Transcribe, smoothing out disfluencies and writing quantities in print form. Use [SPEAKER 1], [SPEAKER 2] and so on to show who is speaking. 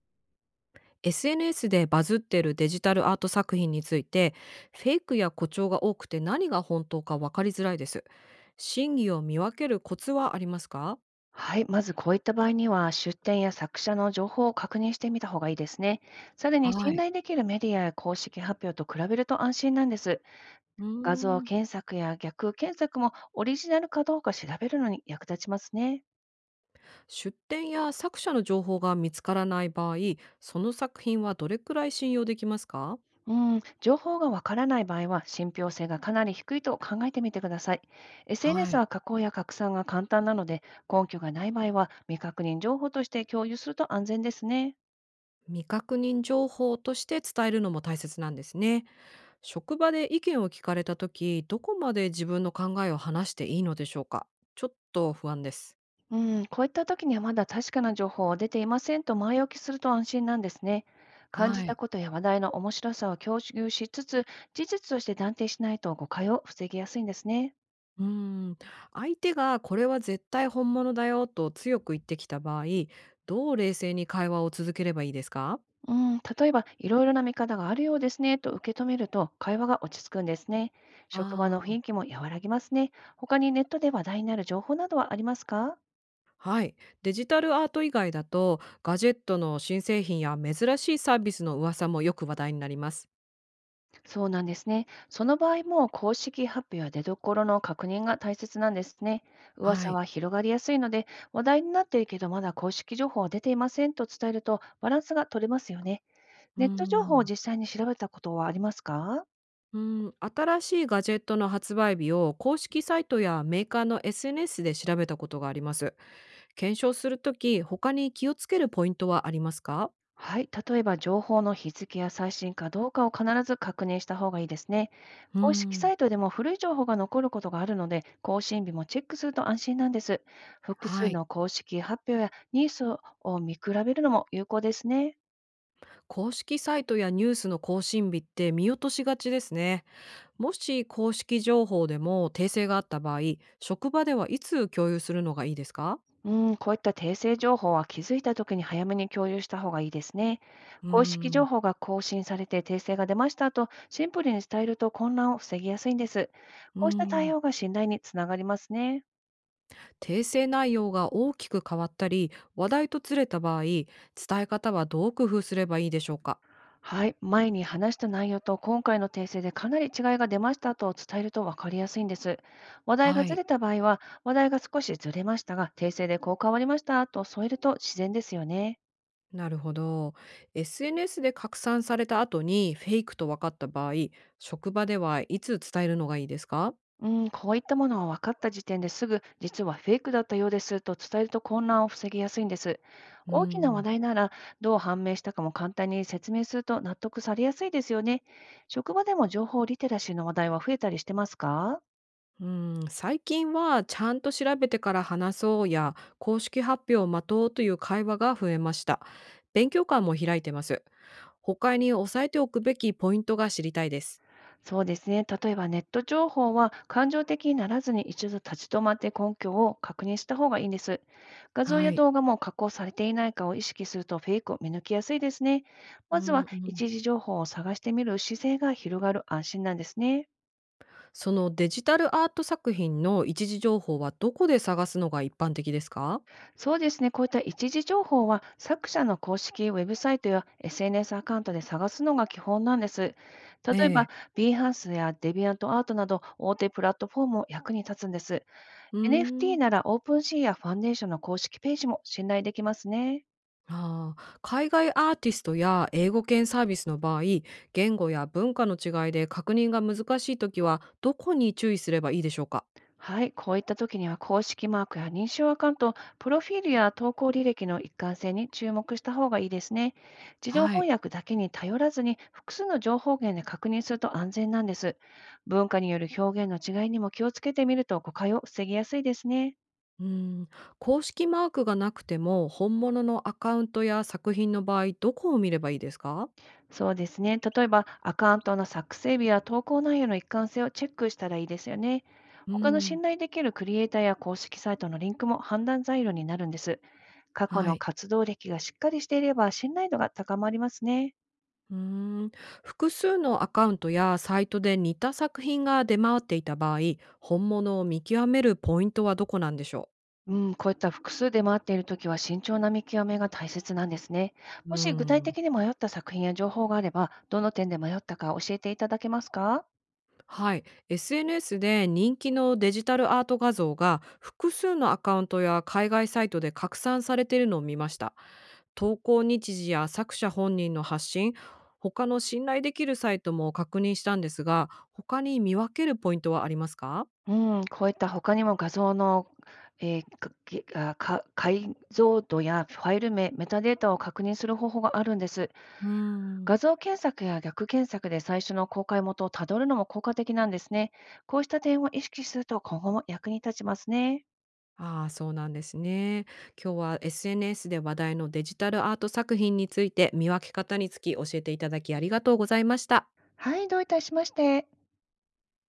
[SPEAKER 1] SNS でバズってるデジタルアート作品について、フェイクや誇張が多くて何が本当か分かりづらいです。真偽を見分けるコツはありますか？
[SPEAKER 2] はい、まずこういった場合には、出典や作者の情報を確認してみた方がいいですね。さらに
[SPEAKER 1] は
[SPEAKER 2] 信
[SPEAKER 1] い。
[SPEAKER 2] 頼できるメディアや公式発表と比べると安心なんです。
[SPEAKER 1] うー
[SPEAKER 2] 画像
[SPEAKER 1] ん
[SPEAKER 2] 検索や逆検索もオリジナルかどうか調べるのに役立ちますね。
[SPEAKER 1] 出典や作者の情報が見つからない場合、その作品はどれくらい信用できますか？
[SPEAKER 2] うん、情報がわからない場合は、信憑性がかなり低いと考えてみてください。
[SPEAKER 1] は
[SPEAKER 2] SNS
[SPEAKER 1] い。
[SPEAKER 2] は加工や拡散が簡単なので、根拠がない場合は、未確認情報として共有すると安全ですね。
[SPEAKER 1] 未確認情報として伝えるのも大切なんですね。職場で意見を聞かれた時、どこまで自分の考えを話していいのでしょうか？ちょっと不安です。
[SPEAKER 2] うん、こういった時にはまだ確かな情報は出ていませんと前置きすると安心なんですね。感じ
[SPEAKER 1] は
[SPEAKER 2] た
[SPEAKER 1] い。
[SPEAKER 2] ことや話題の面白さを共有しつつ、事実として断定しないと誤解を防ぎやすいんですね。
[SPEAKER 1] うーん、相手がこれは絶対本物だよと強く言ってきた場合、どう冷静に会話を続ければいいですか？
[SPEAKER 2] うん、例えば、いろいろな見方があるようですねと受け止めると会話が落ち着くんですね。職場
[SPEAKER 1] あ
[SPEAKER 2] の
[SPEAKER 1] あ、
[SPEAKER 2] 雰囲気も和らぎますね。他にネットで話題になる情報などはありますか？
[SPEAKER 1] はい。デジタルアート以外だと、ガジェットの新製品や珍しいサービスの噂もよく話題になります。
[SPEAKER 2] そうなんですね。その場合も公式発表や出所の確認が大切なんですね。
[SPEAKER 1] は
[SPEAKER 2] 噂
[SPEAKER 1] い。
[SPEAKER 2] は広がりやすいので、話題になっているけどまだ公式情報は出ていませんと伝えるとバランスが取れますよね。
[SPEAKER 1] うー
[SPEAKER 2] ネット情報を
[SPEAKER 1] ん。
[SPEAKER 2] 実際に調べたことはありますか？
[SPEAKER 1] 新しいガジェットの発売日を公式サイトやメーカーの SNS で調べたことがあります。検証するとき、他に気をつけるポイントはありますか？
[SPEAKER 2] はい、例えば情報の日付や最新かどうかを必ず確認した方がいいですね。
[SPEAKER 1] うー
[SPEAKER 2] 公式
[SPEAKER 1] ん。
[SPEAKER 2] サイトでも古い情報が残ることがあるので、更新日もチェックすると安心なんです。複
[SPEAKER 1] は
[SPEAKER 2] 数
[SPEAKER 1] い。
[SPEAKER 2] の公式発表やニュースを見比べるのも有効ですね。
[SPEAKER 1] 公式サイトやニュースの更新日って見落としがちですね。もし公式情報でも訂正があった場合、職場ではいつ共有するのがいいですか？
[SPEAKER 2] うん、こういった訂正情報は気づいた時に早めに共有した方がいいですね。
[SPEAKER 1] うー
[SPEAKER 2] 公式
[SPEAKER 1] ん。
[SPEAKER 2] 情報が更新されて訂正が出ましたと、シンプルに伝えると混乱を防ぎやすいんです。
[SPEAKER 1] うー
[SPEAKER 2] こうした対
[SPEAKER 1] ん。
[SPEAKER 2] 応が信頼につながりますね。
[SPEAKER 1] 訂正内容が大きく変わったり、話題とずれた場合、伝え方はどう工夫すればいいでしょうか？
[SPEAKER 2] はい、前に話した内容と今回の訂正でかなり違いが出ましたと伝えると分かりやすいんです。話題が
[SPEAKER 1] は
[SPEAKER 2] ず
[SPEAKER 1] い。
[SPEAKER 2] れた場合は、話題が少しずれましたが、訂正でこう変わりましたと添えると自然ですよね。
[SPEAKER 1] なるほど。SNS で拡散された後にフェイクと分かった場合、職場ではいつ伝えるのがいいですか？
[SPEAKER 2] うん、こういったものは分かった時点ですぐ、実はフェイクだったようですと伝えると混乱を防ぎやすいんです。
[SPEAKER 1] うー
[SPEAKER 2] 大きな話
[SPEAKER 1] ん。
[SPEAKER 2] 題なら、どう判明したかも簡単に説明すると納得されやすいですよね。職場でも情報リテラシーの話題は増えたりしてますか？
[SPEAKER 1] うん、最近はちゃんと調べてから話そうや公式発表を待とうという会話が増えました。勉強会も開いてます。他に押さえておくべきポイントが知りたいです。
[SPEAKER 2] そうですね。例えばネット情報は感情的にならずに一度立ち止まって根拠を確認した方がいいんです。画像
[SPEAKER 1] は
[SPEAKER 2] や
[SPEAKER 1] い。
[SPEAKER 2] 動画も加工されていないかを意識するとフェイクを見抜きやすいですね。
[SPEAKER 1] う
[SPEAKER 2] まず
[SPEAKER 1] ん
[SPEAKER 2] は
[SPEAKER 1] うん、
[SPEAKER 2] 一時情報を探してみる姿勢が広がる安心なんですね。
[SPEAKER 1] そのデジタルアート作品の一時情報はどこで探すのが一般的ですか？
[SPEAKER 2] そうですね。こういった一時情報は作者の公式ウェブサイトや SNS アカウントで探すのが基本なんです。
[SPEAKER 1] え
[SPEAKER 2] 例えば
[SPEAKER 1] え。
[SPEAKER 2] b ーハンスやデビアントアートなど大手プラットフォームも役に立つんです。
[SPEAKER 1] うー
[SPEAKER 2] NFT
[SPEAKER 1] ん。
[SPEAKER 2] ならオープンシーやファンデーションの公式ページも信頼できますね。
[SPEAKER 1] ああ、海外アーティストや英語圏サービスの場合、言語や文化の違いで確認が難しいときはどこに注意すればいいでしょうか？
[SPEAKER 2] はい、こういった時には公式マークや認証アカウント、プロフィールや投稿履歴の一貫性に注目した方がいいですね。自動
[SPEAKER 1] は
[SPEAKER 2] 翻
[SPEAKER 1] い。
[SPEAKER 2] 訳だけに頼らずに複数の情報源で確認すると安全なんです。文化による表現の違いにも気をつけてみると誤解を防ぎやすいですね。
[SPEAKER 1] うん、公式マークがなくても、本物のアカウントや作品の場合、どこを見ればいいですか？
[SPEAKER 2] そうですね。例えば、アカウントの作成日や投稿内容の一貫性をチェックしたらいいですよね。
[SPEAKER 1] うー
[SPEAKER 2] 他の
[SPEAKER 1] ん、
[SPEAKER 2] 信頼できるクリエイターや公式サイトのリンクも判断材料になるんです。過去
[SPEAKER 1] は
[SPEAKER 2] の
[SPEAKER 1] い。
[SPEAKER 2] 活動歴がしっかりしていれば信頼度が高まりますね。
[SPEAKER 1] うーん、複数のアカウントやサイトで似た作品が出回っていた場合、本物を見極めるポイントはどこなんでしょう？
[SPEAKER 2] うん、こういった複数で回っているときは慎重な見極めが大切なんですね。
[SPEAKER 1] うー
[SPEAKER 2] もし具体
[SPEAKER 1] ん。
[SPEAKER 2] 的に迷った作品や情報があれば、どの点で迷ったか教えていただけますか？
[SPEAKER 1] はい、SNS で人気のデジタルアート画像が複数のアカウントや海外サイトで拡散されているのを見ました。投稿日時や作者本人の発信、他の信頼できるサイトも確認したんですが、他に見分けるポイントはありますか？
[SPEAKER 2] うん、こういった他にも画像の、えーかげあか解像度やファイル名、メタデータを確認する方法があるんです。
[SPEAKER 1] うーん。
[SPEAKER 2] 画像検索や逆検索で最初の公開元をたどるのも効果的なんですね。こうした点を意識すると今後も役に立ちますね。
[SPEAKER 1] ああ、そうなんですね。今日は SNS で話題のデジタルアート作品について見分け方につき教えていただきありがとうございました。
[SPEAKER 2] はい、どういたしまして。